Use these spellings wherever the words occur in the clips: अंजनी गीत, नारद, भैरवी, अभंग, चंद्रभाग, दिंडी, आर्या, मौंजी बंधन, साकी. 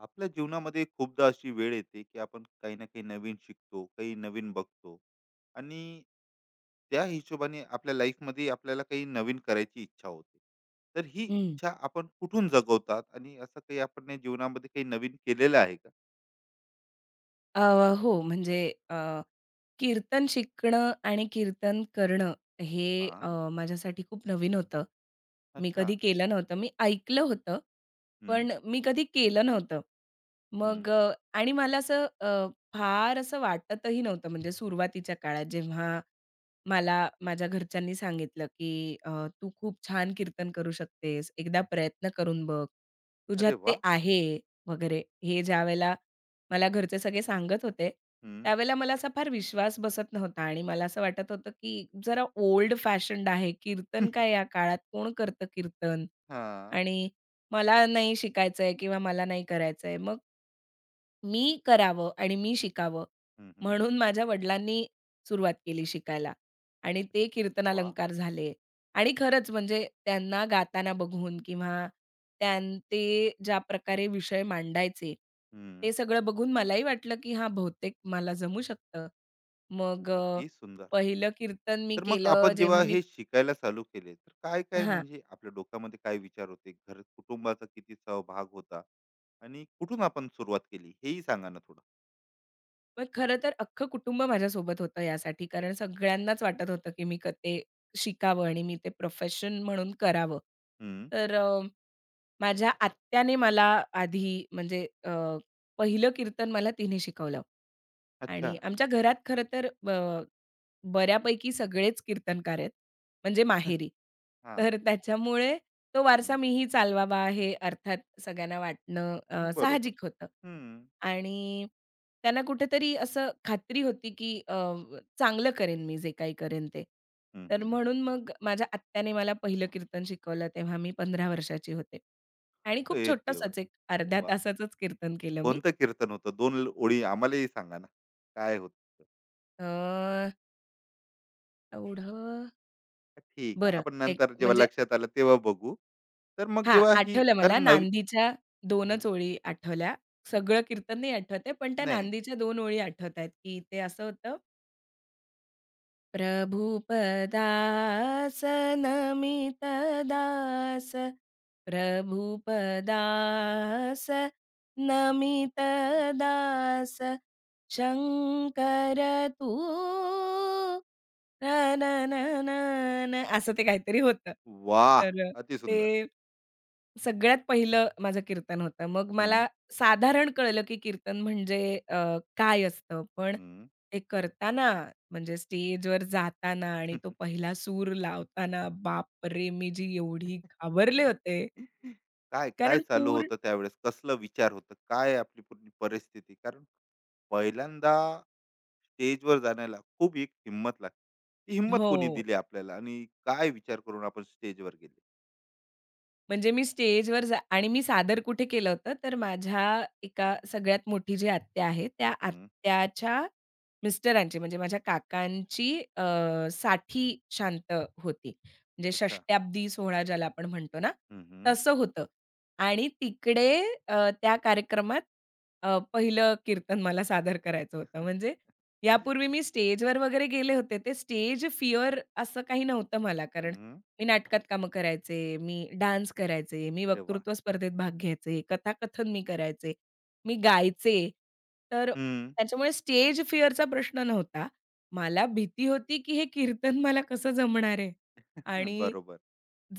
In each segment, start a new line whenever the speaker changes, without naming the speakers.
आपल्या जीवनामध्ये खूपदा अशी वेळ येते की आपण काही ना काही नवीन शिकतो, काही नवीन बघतो आणि त्या हिशोबाने आपल्या लाईफमध्ये आपल्याला काही नवीन करायची इच्छा होते. तर ही
हं.
इच्छा आपण कुठून जगवतात आणि असं काही आपण या जीवनामध्ये काही नवीन केलेलं आहे का?
अ, हो, म्हणजे अ, कीर्तन शिकणं आणि कीर्तन करणं हे
हा.
अ, माझ्यासाठी खूप नवीन होतं. मी
अच्छा.
कधी केलं नव्हतं. मी ऐकलं होतं,
हम्म.
पण मी कधी केलं नव्हतं. मग
हम्म.
आणि मला असं फार असं वाटतही नव्हतं, म्हणजे सुरुवातीच्या काळात जेव्हा मला माझ्या घरच्यांनी सांगितलं, की तू खूप छान कीर्तन करू शकतेस. एकदा प्रयत्न करून बघ. तुझ्यात
अरे
ते
वा.
आहे" वगैरे. हे ज्यावेळेला मला घरचे सगळे सांगत होते.
हम्म.
त्यावेळेला मला असा फार विश्वास बसत नव्हता आणि मला असं वाटत होतं, की जरा ओल्ड फॅशन्ड आहे. कीर्तन काय या काळात कोण करतं कीर्तन?
हा.
आणि मला नाही शिकायचंय किंवा मला नाही करायचंय. मग मी करावं आणि मी शिकावं
हम्म. हम्म.
म्हणून माझ्या वडिलांनी सुरुवात केली शिकायला आणि
अरे
ते
वा.
कीर्तनालंकार झाले. आणि खरंच म्हणजे त्यांना गाताना बघून किंवा त्यां ते ज्या प्रकारे विषय मांडायचे,
हम्म.
ते सगळं बघून मलाही वाटलं, की हां, बहुतेक मला जमू शकतं. मग
अति सुंदर.
पहिलं कीर्तन मी
तर मग
केलं
आपण जेव्हा
जेव्हा मी
हे शिकायला चालू केले, तर काय काय
हां.
म्हणजे आपल्या डोक्यामध्ये काय विचार होते, घर कुटुंबाचा किती सहभाग होता आणि कुठून आपण सुरुवात केली, हेही सांगा ना थोडं.
मग खरं तर अख्खं कुटुंब माझ्यासोबत होतं यासाठी. कारण सगळ्यांनाच वाटत होतं, की मी ते शिकावं आणि मी ते प्रोफेशन म्हणून करावं.
हम्म.
तर माझ्या आत्याने मला आधी म्हणजे पहिलं कीर्तन मला तिने शिकवलं
अच्छा.
आणि आमच्या घरात खरं तर बऱ्यापैकी सगळेच कीर्तनकार आहेत, म्हणजे माहेरी.
हा.
तर त्याच्यामुळे तो वारसा
हम्म,
मीही चालवावा हे अर्थात सगळ्यांना वाटणं
बरोबर.
साहजिक होतं.
हम्म.
आणि त्यांना कुठेतरी असं खात्री होती, की चांगलं करेन मी जे काही करेन ते.
हम्म.
तर
हम्म.
म्हणून मग माझ्या आत्याने मला पहिलं कीर्तन शिकवलं तेव्हा मी 15 वर्षाची होते. आणि
हे
खूप
देवा.
छोटंसंच एक अर्ध्या
वा.
तासाचंच कीर्तन केलं मी.
कोणतं कीर्तन होतं? दोन ओळी आम्हालाही सांगा ना. काय होतं?
अ, एवढं
ठीक आहे,
बरं
आपण
एक
नंतर जेव्हा
म्हणजे
लक्षात आलं तेव्हा बघू. तर मग
हां,
जेव्हा ही
आठवलं
कारण
मला
नवी.
नांदीच्या
हम्म.
2च ओळी आठवल्या.
हम्म.
सगळं कीर्तन नाही आठवत आहे, पण त्या
नाही, नाही.
नांदीच्या 2 ओळी आठवतायत, की ते असं होतं प्रभुपदासनमितदास प्रभुपदासनमितदास शंकर तू ना ना ना ना ना असं ते काहीतरी होतं.
वा.
तर ते
अतिसुंदर.
सगळ्यात पहिलं माझं कीर्तन होतं. मग मला साधारण कळलं, की कीर्तन म्हणजे अ, काय असतं. पण
हं.
ते करताना, म्हणजे स्टेजवर जाताना आणि तो पहिला सूर लावताना, बापरे! मी जी एवढी घाबरले होते.
काय, काय
कारण
चालू
पूर्ण
होतं त्यावेळेस? कसलं विचार होतं? काय आपली पूर्ण परिस्थिती? कारण पहिल्यांदा स्टेजवर जाण्याला खूप एक हिंमत लागते. ती हिंमत
हो.
कोणी दिली आपल्याला आणि काय विचार करून आपण स्टेजवर गेले?
म्हणजे मी स्टेजवर जा आणि मी सादर कुठे केलं होतं, तर माझ्या एका सगळ्यात मोठी जी आत्या आहे, त्या
हं.
आत्याच्या मिस्टरांची म्हणजे माझ्या काकांची अ, साठी शांत होती. म्हणजे
अच्छा.
षष्ट्याब्दी सोहळा ज्याला आपण म्हणतो ना,
हं, हं.
तसं होतं. आणि तिकडे त्या कार्यक्रमात पहिलं कीर्तन मला सादर करायचं होतं. म्हणजे यापूर्वी मी स्टेजवर वगैरे गेले होते. ते स्टेज फिअर असं काही नव्हतं मला, कारण
हं.
मी नाटकात कामं करायचे, मी डान्स करायचे, मी
अरे वाह!
वक्तृत्व स्पर्धेत भाग घ्यायचे, कथाकथन मी करायचे, मी गायचे. तर
हं.
त्याच्यामुळे स्टेज फिअरचा प्रश्न नव्हता. मला भीती होती, की हे कीर्तन मला कसं जमणार आहे?
हं,
आणि
बरोबर.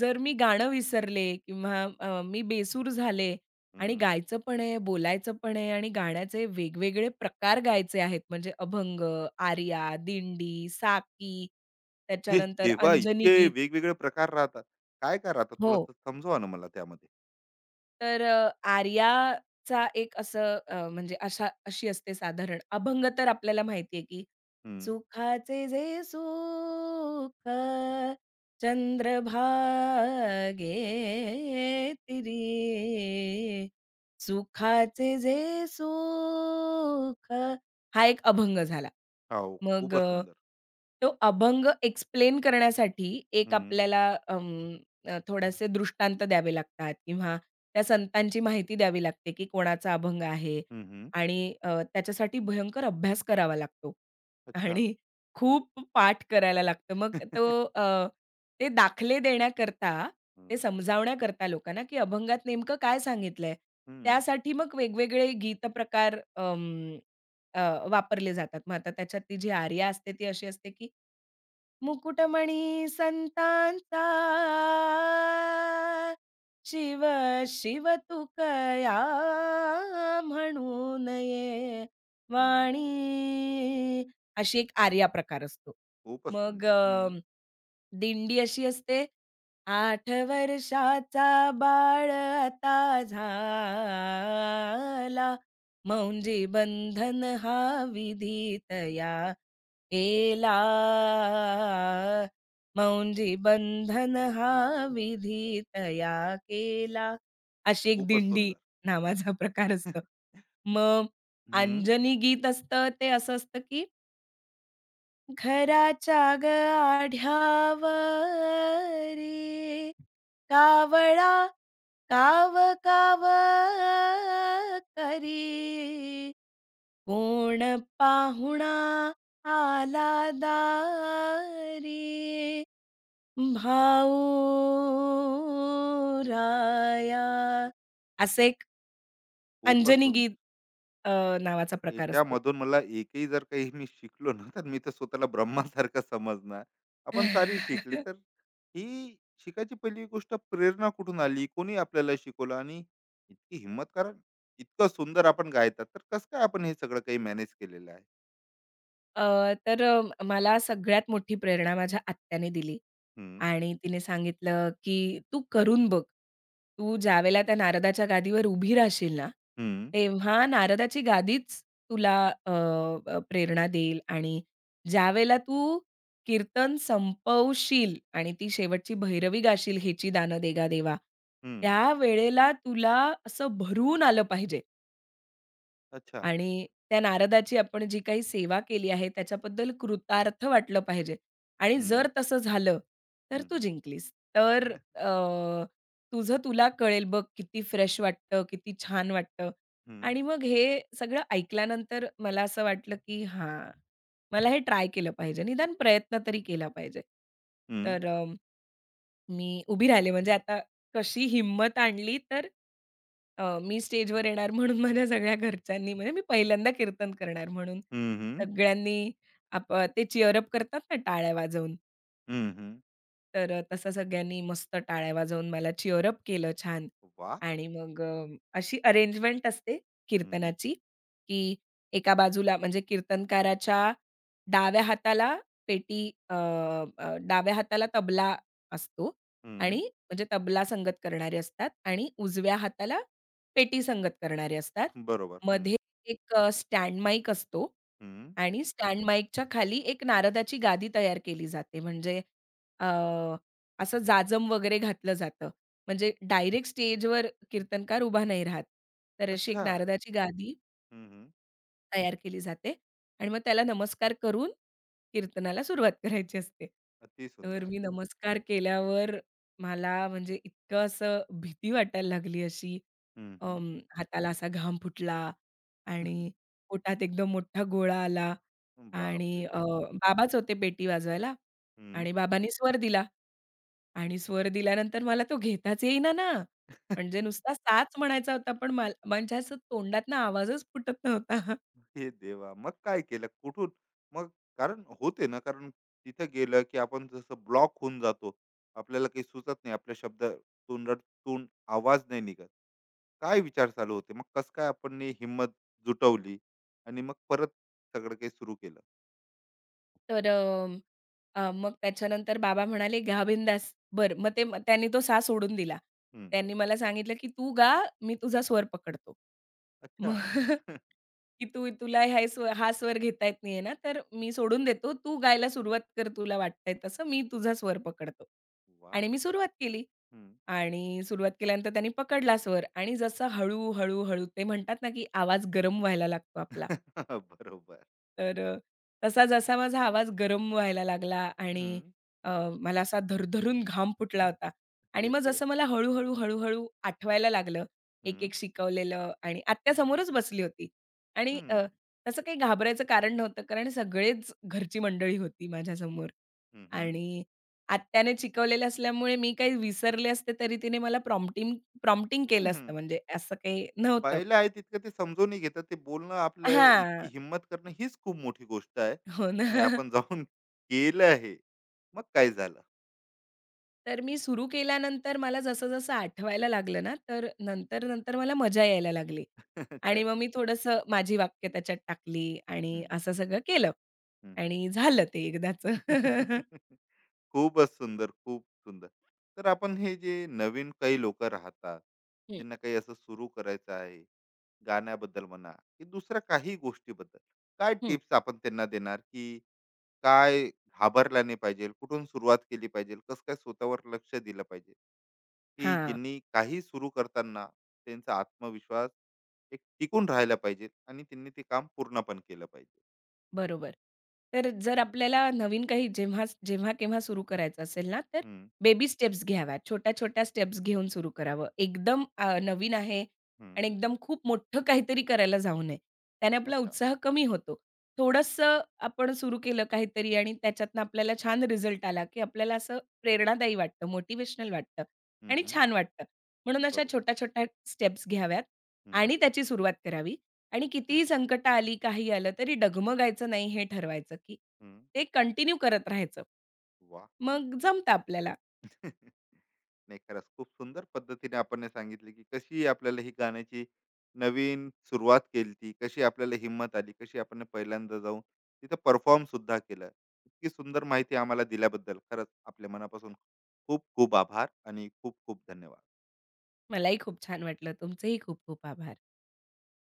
जर मी गाणं विसरले किंवा मी बेसूर झाले आणि
हं.
गायचं पण आहे, बोलायचं पण आहे आणि गाण्याचे वेगवेगळे प्रकार गायचे आहेत. म्हणजे अभंग, आर्या, दिंडी, साकी,
हे
त्याच्यानंतर
देवा!
अंजनी
इतके
गीत
वेगवेगळे प्रकार राहतात. काय-काय राहतात?
हो.
थोडंसं समजवा ना मला त्यामध्ये.
तर आर्याचा एक असं म्हणजे अशा अशी असते साधारण. अभंग तर आपल्याला माहिती, की
हं.
सुखाचे जे सुख चंद्रभागे तिरी, सुखाचे जे सुख हा एक अभंग झाला.
हो,
मग
खूपच सुंदर.
तो अभंग एक्सप्लेन करण्यासाठी एक
हं.
आपल्याला थोडेसे दृष्टांत द्यावे लागतात किंवा त्या संतांची माहिती द्यावी लागते, की कोणाचा अभंग आहे
हं, हं.
आणि त्याच्यासाठी भयंकर अभ्यास करावा लागतो
अच्छा.
आणि खूप पाठ करायला लागतं. मग तो अ, ते दाखले देण्याकरता, ते
हं.
समजावण्याकरता लोकांना, की अभंगात नेमकं काय सांगितलंय,
हं,
त्यासाठी मग वेगवेगळे गीतप्रकार अ, वापरले जातात. मग आता त्याच्यात ती जी आर्या असते ती अशी असते, की मुकुटमणी संतांचा, शिव शिव तू कया म्हणून ये
हं.
वाणी. अशी एक आर्या प्रकार असतो.
खूपच
मग
सुंदर, हं.
दिंडी अशी असते, 8 वर्षाचा बाळ आता झाला, मौंजी बंधन हा विधी तया केला, मौंजी बंधन हा विधी तया केला. अशी एक
खूपच
दिंडी
सुंदर.
नावाचा प्रकार असतो. मग
हं,
अंजनी गीत असतं ते असं असतं, की घराच्या गं आढ्यावर रे, कावळा काव काव करी. कोण पाहुणा आला दारी भाऊ राया असं एक
खूपच
अंजनी
सुंदर.
गीत अ, नावाचा प्रकार असतो.
याच्यामधून मला एकही जर काही मी शिकलो ना, तर मी तर स्वतःला ब्रह्मासारखं समजणार. आपण सारी शिकले, तर ही शिकायची पहिली गोष्ट प्रेरणा कुठून आली? कोणी आपल्याला शिकवलं? आणि इतकी हिंमत, कारण इतकं सुंदर आपण गायतात, तर कसं काय आपण हे सगळं काही मॅनेज केलेलं आहे?
तर मला सगळ्यात मोठी प्रेरणा माझ्या आत्याने दिली
हं.
आणि तिने सांगितलं, की "तू करून बघ. तू ज्यावेळेला त्या नारदाच्या गादीवर उभी राहशील ना,
हं.
तेव्हा नारदाची गादीच तुला अ, अ, प्रेरणा देईल आणि ज्यावेळेला तू कीर्तन संपवशील आणि ती शेवटची भैरवी गाशील, 'हेची दानं देगा देवा,'
हं.
त्यावेळेला तुला असं भरून आलं पाहिजे.
अच्छा.
आणि त्या नारदाची आपण जी काही सेवा केली आहे त्याच्याबद्दल कृतार्थ वाटलं पाहिजे. आणि
हं,
जर तसं झालं, तर
हं,
तू
हं,
जिंकलीस. तर तुझं तुला कळेल बघ किती फ्रेश वाटतं, किती छान वाटतं.
हं,
आणि मग हे सगळं ऐकल्यानंतर मला असं वाटलं, की हां, मला हे ट्राय केलं पाहिजे. निदान प्रयत्न तरी केला पाहिजे.
हं,
तर मी उभी राहिले, म्हणजे आता कशी हिम्मत आणली, तर मी स्टेजवर येणार म्हणून माझ्या सगळ्या घरच्यांनी, म्हणजे मी पहिल्यांदा कीर्तन करणार म्हणून,
हं, हं,
सगळ्यांनी आप ते चीअर अप करतात ना टाळ्या वाजवून.
हं, हं.
तर तसं सगळ्यांनी मस्त टाळ्या वाजवून मला चीअर अप केलं छान.
वाह!
आणि मग अशी अरेंजमेंट असते कीर्तनाची, की एका बाजूला म्हणजे कीर्तनकाराच्या डाव्या हाताला पेटी अ, अ, डाव्या हाताला तबला असतो आणि म्हणजे तबला संगत करणारे असतात आणि उजव्या हाताला पेटी संगत करणारे असतात.
बरोबर. हं,
मध्ये एक स्टँड माईक असतो
हं.
आणि स्टँड माईकच्या खाली एक नारदाची गादी तयार केली जाते. म्हणजे अ, असं जाजम वगैरे घातलं जातं. म्हणजे डायरेक्ट स्टेजवर कीर्तनकार उभा नाही राहत. तर अशी एक
अच्छा.
नारदाची गादी
हं, हं.
तयार केली जाते आणि मग त्याला नमस्कार करून कीर्तनाला सुरुवात करायची असते.
अति
तर
सुंदर.
मी नमस्कार केल्यावर मला म्हणजे इतकं असं भीती वाटायला लागली, अशी
हं, हं.
हाताला असा घाम फुटला आणि पोटात एकदम मोठा गोळा आला
बापरे!
आणि
बाप!
बाबाच होते पेटी वाजवायला
हं.
आणि बाबांनी स्वर दिला. आणि स्वर दिल्यानंतर मला तो घेताच येईना ना. म्हणजे नुसता साच म्हणायचा होता, पण मला म्हणजे असं तोंडातनं आवाजच फुटत नव्हता.
हे देवा! मग काय केलं? कुठून? मग कारण होते ना, कारण तिथं गेलं, की आपण जसं ब्लॉक होऊन जातो. आपल्याला काही सुचत नाही. आपल्या शब्द तोंडातून आवाज नाही निघत. काय विचार चालू होते? मग कसं काय आपण नी हिंमत जुटवली आणि मग परत सगळं काही सुरू केलं?
तर अ, अ, मग त्याच्यानंतर बाबा म्हणाले, "गा बिंदास." बरं, मग ते त्यांनी तो सा सोडून दिला.
हं.
त्यांनी मला सांगितलं, की "तू गा, मी तुझा स्वर पकडतो."
अच्छा.
मग की "तू तुला हे हा स्वर घेता येत नाहीये ना, तर मी सोडून देतो. तू गायला सुरुवात कर तुला वाटतंय तसं. मी तुझा स्वर पकडतो."
वाह!
आणि मी सुरुवात केली.
हं.
आणि सुरुवात केल्यानंतर त्यांनी पकडला स्वर आणि जसं हळूहळू हळू, हळू, हळू ते म्हणतात ना, की आवाज गरम व्हायला लागतो आपला.
बरोबर.
तर तसा जसा माझा आवाज गरम व्हायला लागला आणि
हं.
अ, मला असा धरधरून घाम फुटला होता आणि
हे
मग
देवा!
जसं मला हळू-हळू, हळूहळू आठवायला लागलं,
हं,
एक-एक शिकवलेलं आणि आत्या बसली होती आणि
हं,
तसं काही घाबरायचं कारण नव्हतं, कारण सगळेच घरची मंडळी होती माझ्यासमोर
हं, हं,
आणि आत्याने शिकवलेलं असल्यामुळे मी काही विसरले असते, तरी तिने मला प्रॉम्प्टिंग प्रॉम्प्टिंग केलं
हं,
असतं, म्हणजे असं काही नव्हतं.
पाहिलं आहे तितकं ते समजूनही घेतात. ते बोलणं आपलं इतकी
हां,
हिम्मत करणं हीच खूप मोठी गोष्ट आहे
हो ना.
आणि आपण जाऊन केलं आहे. मग काय झालं?
तर मी सुरू केल्यानंतर मला जसं-जसं आठवायला लागलं ना, तर नंतर-नंतर मला मजा यायला लागली
अच्छा.
आणि मग मी थोडंसं माझी वाक्य त्याच्यात टाकली आणि
हं,
असं सगळं केलं
हं, हं.
आणि झालं ते एकदाचं.
खूपच सुंदर, खूप सुंदर. तर आपण हे जे नवीन काही लोकं राहतात,
हं,
त्यांना काही असं सुरू करायचं आहे, गाण्याबद्दल म्हणा की दुसऱ्या काही गोष्टीबद्दल, काय
हं.
टिप्स आपण त्यांना देणार, की काय घाबरला नाही पाहिजे, कुठून सुरुवात केली पाहिजे, कसं काय स्वतःवर लक्ष दिलं पाहिजे, की
हां.
ज्यांनी काही सुरू करताना त्यांचा आत्मविश्वास एक टिकून राहायला पाहिजे आणि त्यांनी ते काम पूर्ण पण केलं पाहिजे?
बरोबर. तर जर आपल्याला नवीन काही जेव्हाच जेव्हा-केव्हा सुरू करायचं असेल ना, तर
हं,
बेबी स्टेप्स घ्याव्यात. छोट्या-छोट्या स्टेप्स घेऊन सुरू करावं. एकदम नवीन आहे
हं.
आणि एकदम खूप मोठं काहीतरी करायला जाऊ नये. त्याने आपला
अच्छा.
उत्साह कमी होतो. थोडंसं आपण सुरू केलं काहीतरी आणि त्याच्यातनं आपल्याला छान रिझल्ट आला, की आपल्याला असं प्रेरणादायी वाटतं, मोटिव्हेशनल वाटतं
हं,
आणि
हं.
छान वाटतं. म्हणून अशा
बरोबर.
छोट्या-छोट्या स्टेप्स घ्याव्यात
हं.
आणि त्याची सुरुवात करावी. आणि कितीही संकटं आली, काही आलं तरी डगमगायचं नाही हे ठरवायचं, की
हं.
ते कंटिन्यू करत राहायचं.
वाह!
मग जमतं आपल्याला.
नाही, खरंच खूप सुंदर पद्धतीने आपण हे सांगितले, की कशी आपल्याला ही गाण्याची नवीन सुरुवात केली, ती कशी आपल्याला हिंमत आली, कशी आपण पहिल्यांदा जाऊन तिथं परफॉर्म सुद्धा केलं. इतकी सुंदर माहिती आम्हाला दिल्याबद्दल खरंच आपल्या मनापासून खूप खूप आभार आणि खूप खूप धन्यवाद.
मलाही खूप छान वाटलं. तुमचेही खूप खूप आभार.